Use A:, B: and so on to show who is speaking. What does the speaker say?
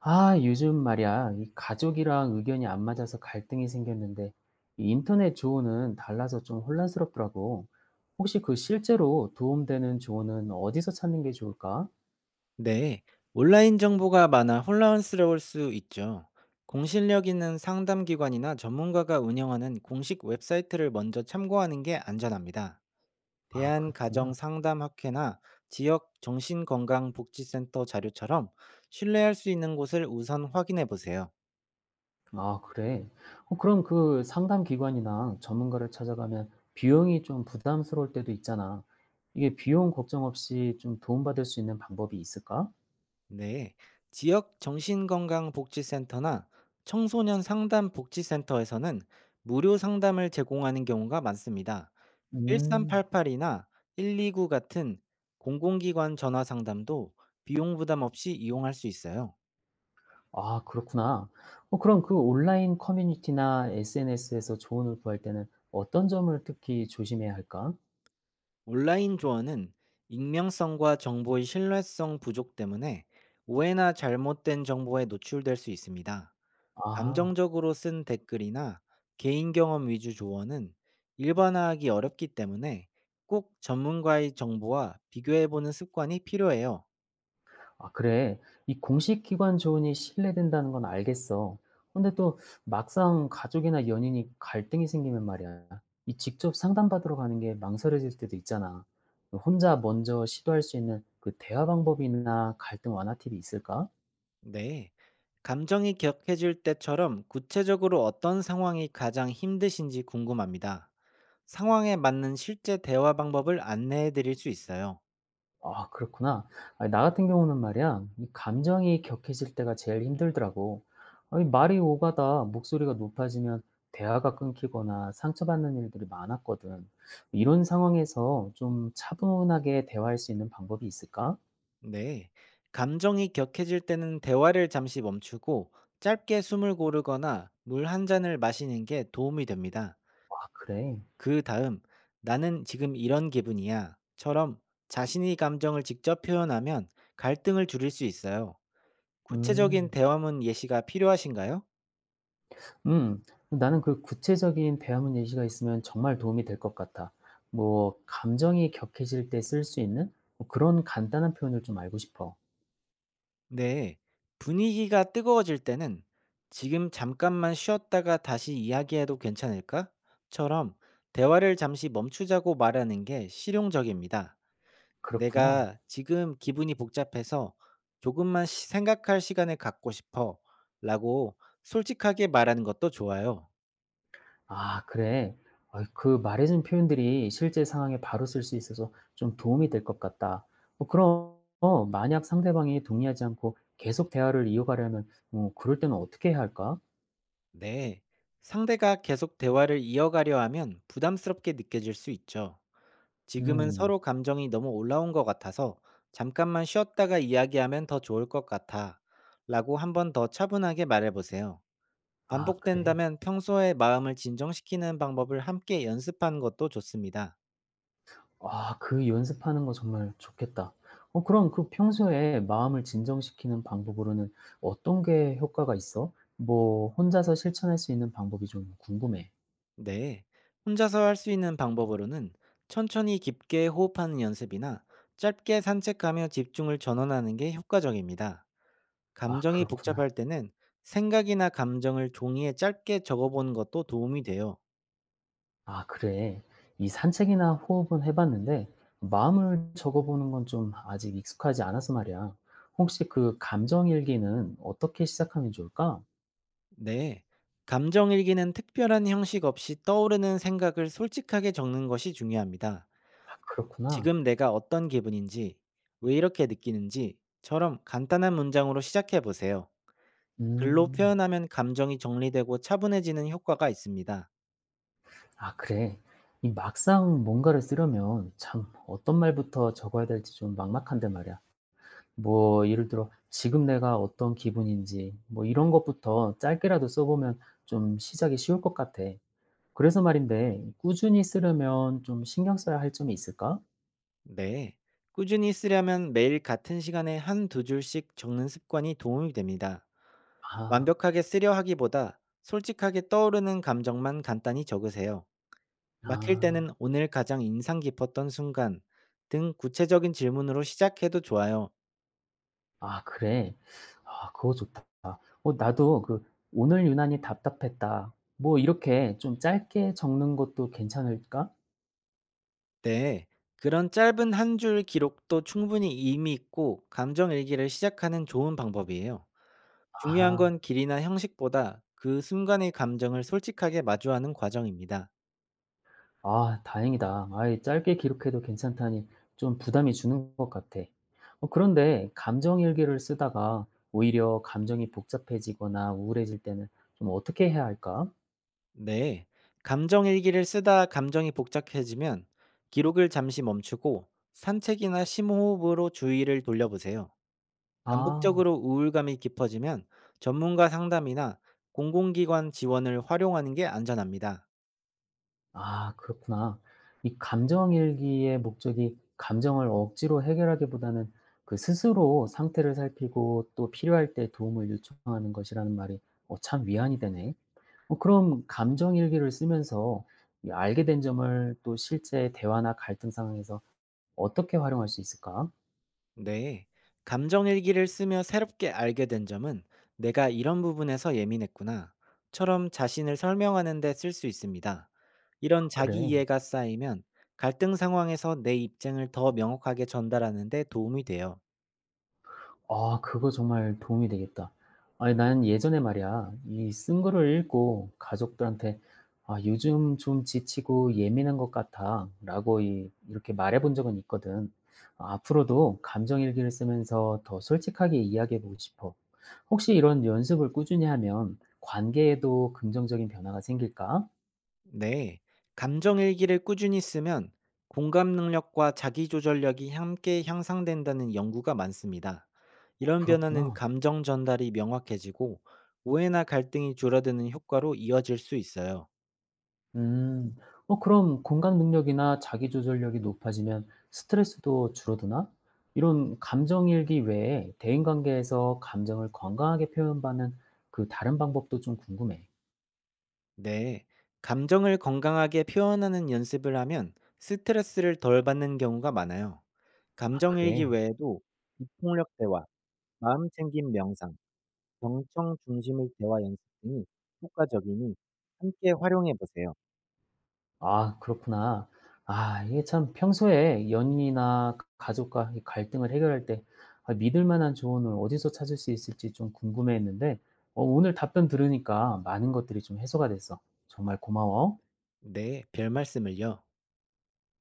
A: 아, 요즘 말이야. 이 가족이랑 의견이 안 맞아서 갈등이 생겼는데, 이 인터넷 조언은 달라서 좀 혼란스럽더라고. 혹시 그 실제로 도움되는 조언은 어디서 찾는 게 좋을까?
B: 네, 온라인 정보가 많아 혼란스러울 수 있죠. 공신력 있는 상담기관이나 전문가가 운영하는 공식 웹사이트를 먼저 참고하는 게 안전합니다.
A: 아, 그렇구나.
B: 대한가정상담학회나 지역 정신건강복지센터 자료처럼 신뢰할 수 있는 곳을 우선 확인해 보세요.
A: 아, 그래. 어, 그럼 그 상담 기관이나 전문가를 찾아가면 비용이 좀 부담스러울 때도 있잖아. 이게 비용 걱정 없이 좀 도움받을 수 있는 방법이 있을까?
B: 네, 지역 정신건강복지센터나 청소년 상담복지센터에서는 무료 상담을 제공하는 경우가 많습니다.
A: 음.
B: 1388이나 129 같은 공공기관 전화 상담도 비용 부담 없이 이용할 수 있어요.
A: 아 그렇구나. 어 그럼 그 온라인 커뮤니티나 SNS에서 조언을 구할 때는 어떤 점을 특히 조심해야 할까?
B: 온라인 조언은 익명성과 정보의 신뢰성 부족 때문에 오해나 잘못된 정보에 노출될 수 있습니다.
A: 아.
B: 감정적으로 쓴 댓글이나 개인 경험 위주 조언은 일반화하기 어렵기 때문에 꼭 전문가의 정보와 비교해보는 습관이 필요해요.
A: 아 그래. 이 공식 기관 조언이 신뢰된다는 건 알겠어. 근데 또 막상 가족이나 연인이 갈등이 생기면 말이야. 이 직접 상담받으러 가는 게 망설여질 때도 있잖아. 혼자 먼저 시도할 수 있는 그 대화 방법이나 갈등 완화 팁이 있을까?
B: 네. 감정이 격해질 때처럼 구체적으로 어떤 상황이 가장 힘드신지 궁금합니다. 상황에 맞는 실제 대화 방법을 안내해 드릴 수 있어요.
A: 아 그렇구나. 아니 나 같은 경우는 말이야 이 감정이 격해질 때가 제일 힘들더라고. 아니 말이 오가다 목소리가 높아지면 대화가 끊기거나 상처받는 일들이 많았거든. 이런 상황에서 좀 차분하게 대화할 수 있는 방법이 있을까?
B: 네. 감정이 격해질 때는 대화를 잠시 멈추고 짧게 숨을 고르거나 물 한 잔을 마시는 게 도움이 됩니다.
A: 아 그래.
B: 그 다음, 나는 지금 이런 기분이야. 처럼 자신이 감정을 직접 표현하면 갈등을 줄일 수 있어요. 구체적인
A: 음.
B: 대화문 예시가 필요하신가요?
A: 음. 나는 그 구체적인 대화문 예시가 있으면 정말 도움이 될 것 같아. 뭐 감정이 격해질 때 쓸 수 있는 뭐 그런 간단한 표현을 좀 알고 싶어.
B: 네, 분위기가 뜨거워질 때는 "지금 잠깐만 쉬었다가 다시 이야기해도 괜찮을까?" 처럼 대화를 잠시 멈추자고 말하는 게 실용적입니다.
A: 그렇구나.
B: "내가 지금 기분이 복잡해서 조금만 생각할 시간을 갖고 싶어." 라고 솔직하게 말하는 것도 좋아요.
A: 아 그래. 아 그 말해 준 표현들이 실제 상황에 바로 쓸 수 있어서 좀 도움이 될 것 같다. 어 그럼 어, 만약 상대방이 동의하지 않고 계속 대화를 이어가려면 뭐 그럴 때는 어떻게 해야 할까?
B: 네, 상대가 계속 대화를 이어가려 하면 부담스럽게 느껴질 수 있죠. 지금은
A: 음.
B: 서로 감정이 너무 올라온 것 같아서 잠깐만 쉬었다가 이야기하면 더 좋을 것 같아. 라고 한번 더 차분하게 말해보세요.
A: 아 그래.
B: 반복된다면 평소에 마음을 진정시키는 방법을 함께 연습하는 것도 좋습니다.
A: 아 그 연습하는 거 정말 좋겠다. 어 그럼 그 평소에 마음을 진정시키는 방법으로는 어떤 게 효과가 있어? 뭐 혼자서 실천할 수 있는 방법이 좀 궁금해.
B: 네. 혼자서 할 수 있는 방법으로는 천천히 깊게 호흡하는 연습이나 짧게 산책하며 집중을 전환하는 게 효과적입니다.
A: 아
B: 감정이
A: 그렇구나.
B: 복잡할 때는 생각이나 감정을 종이에 짧게 적어보는 것도 도움이 돼요.
A: 아 그래. 이 산책이나 호흡은 해봤는데 마음을 적어보는 건 좀 아직 익숙하지 않아서 말이야. 혹시 그 감정 일기는 어떻게 시작하면 좋을까?
B: 네. 감정 일기는 특별한 형식 없이 떠오르는 생각을 솔직하게 적는 것이 중요합니다.
A: 아 그렇구나.
B: 지금 내가 어떤 기분인지, 왜 이렇게 느끼는지처럼 간단한 문장으로 시작해 보세요. 글로
A: 음.
B: 표현하면 감정이 정리되고 차분해지는 효과가 있습니다.
A: 아 그래. 이 막상 뭔가를 쓰려면 참 어떤 말부터 적어야 될지 좀 막막한데 말이야. 뭐 예를 들어 지금 내가 어떤 기분인지 뭐 이런 것부터 짧게라도 써보면 좀 시작이 쉬울 것 같아. 그래서 말인데 꾸준히 쓰려면 좀 신경 써야 할 점이 있을까?
B: 네. 꾸준히 쓰려면 매일 같은 시간에 한 두 줄씩 적는 습관이 도움이 됩니다.
A: 아.
B: 완벽하게 쓰려 하기보다 솔직하게 떠오르는 감정만 간단히 적으세요. 막힐
A: 아.
B: 때는 "오늘 가장 인상 깊었던 순간." 등 구체적인 질문으로 시작해도 좋아요.
A: 아 그래. 아 그거 좋다. 어 나도 그 "오늘 유난히 답답했다." 뭐 이렇게 좀 짧게 적는 것도 괜찮을까?
B: 네. 그런 짧은 한 줄 기록도 충분히 의미 있고 감정 일기를 시작하는 좋은 방법이에요. 중요한
A: 아.
B: 건 길이나 형식보다 그 순간의 감정을 솔직하게 마주하는 과정입니다.
A: 아 다행이다. 아이 짧게 기록해도 괜찮다니 좀 부담이 주는 것 같아. 어 그런데 감정 일기를 쓰다가 오히려 감정이 복잡해지거나 우울해질 때는 좀 어떻게 해야 할까?
B: 네. 감정 일기를 쓰다 감정이 복잡해지면 기록을 잠시 멈추고 산책이나 심호흡으로 주의를 돌려보세요.
A: 아.
B: 반복적으로 우울감이 깊어지면 전문가 상담이나 공공기관 지원을 활용하는 게 안전합니다.
A: 아 그렇구나. 이 감정 일기의 목적이 감정을 억지로 해결하기보다는 그 스스로 상태를 살피고 또 필요할 때 도움을 요청하는 것이라는 말이 어 참 위안이 되네. 어 그럼 감정 일기를 쓰면서 이 알게 된 점을 또 실제 대화나 갈등 상황에서 어떻게 활용할 수 있을까?
B: 네. 감정 일기를 쓰며 새롭게 알게 된 점은 내가 이런 부분에서 예민했구나. 처럼 자신을 설명하는 데 쓸 수 있습니다. 이런 자기
A: 그래.
B: 이해가 쌓이면 갈등 상황에서 내 입장을 더 명확하게 전달하는 데 도움이 돼요.
A: 아 그거 정말 도움이 되겠다. 아니 난 예전에 말이야 이 쓴 거를 읽고 가족들한테 "아 요즘 좀 지치고 예민한 것 같아."라고 이 이렇게 말해 본 적은 있거든. 앞으로도 감정 일기를 쓰면서 더 솔직하게 이야기해 보고 싶어. 혹시 이런 연습을 꾸준히 하면 관계에도 긍정적인 변화가 생길까?
B: 네, 감정 일기를 꾸준히 쓰면 공감 능력과 자기 조절력이 함께 향상된다는 연구가 많습니다. 이런 변화는
A: 그렇구나.
B: 감정 전달이 명확해지고 오해나 갈등이 줄어드는 효과로 이어질 수 있어요.
A: 음. 어 그럼 공감 능력이나 자기 조절력이 높아지면 스트레스도 줄어드나? 이런 감정 일기 외에 대인 관계에서 감정을 건강하게 표현받는 그 다른 방법도 좀 궁금해.
B: 네, 감정을 건강하게 표현하는 연습을 하면 스트레스를 덜 받는 경우가 많아요.
A: 아
B: 감정 일기
A: 그래?
B: 외에도 비폭력 대화, 마음 챙김 명상, 경청 중심의 대화 연습 등이 효과적이니 함께 활용해 보세요.
A: 아 그렇구나. 아 이게 참 평소에 연인이나 가족과 이 갈등을 해결할 때 아 믿을 만한 조언을 어디서 찾을 수 있을지 좀 궁금해했는데 어 오늘 답변 들으니까 많은 것들이 좀 해소가 됐어. 정말 고마워.
B: 네, 별 말씀을요.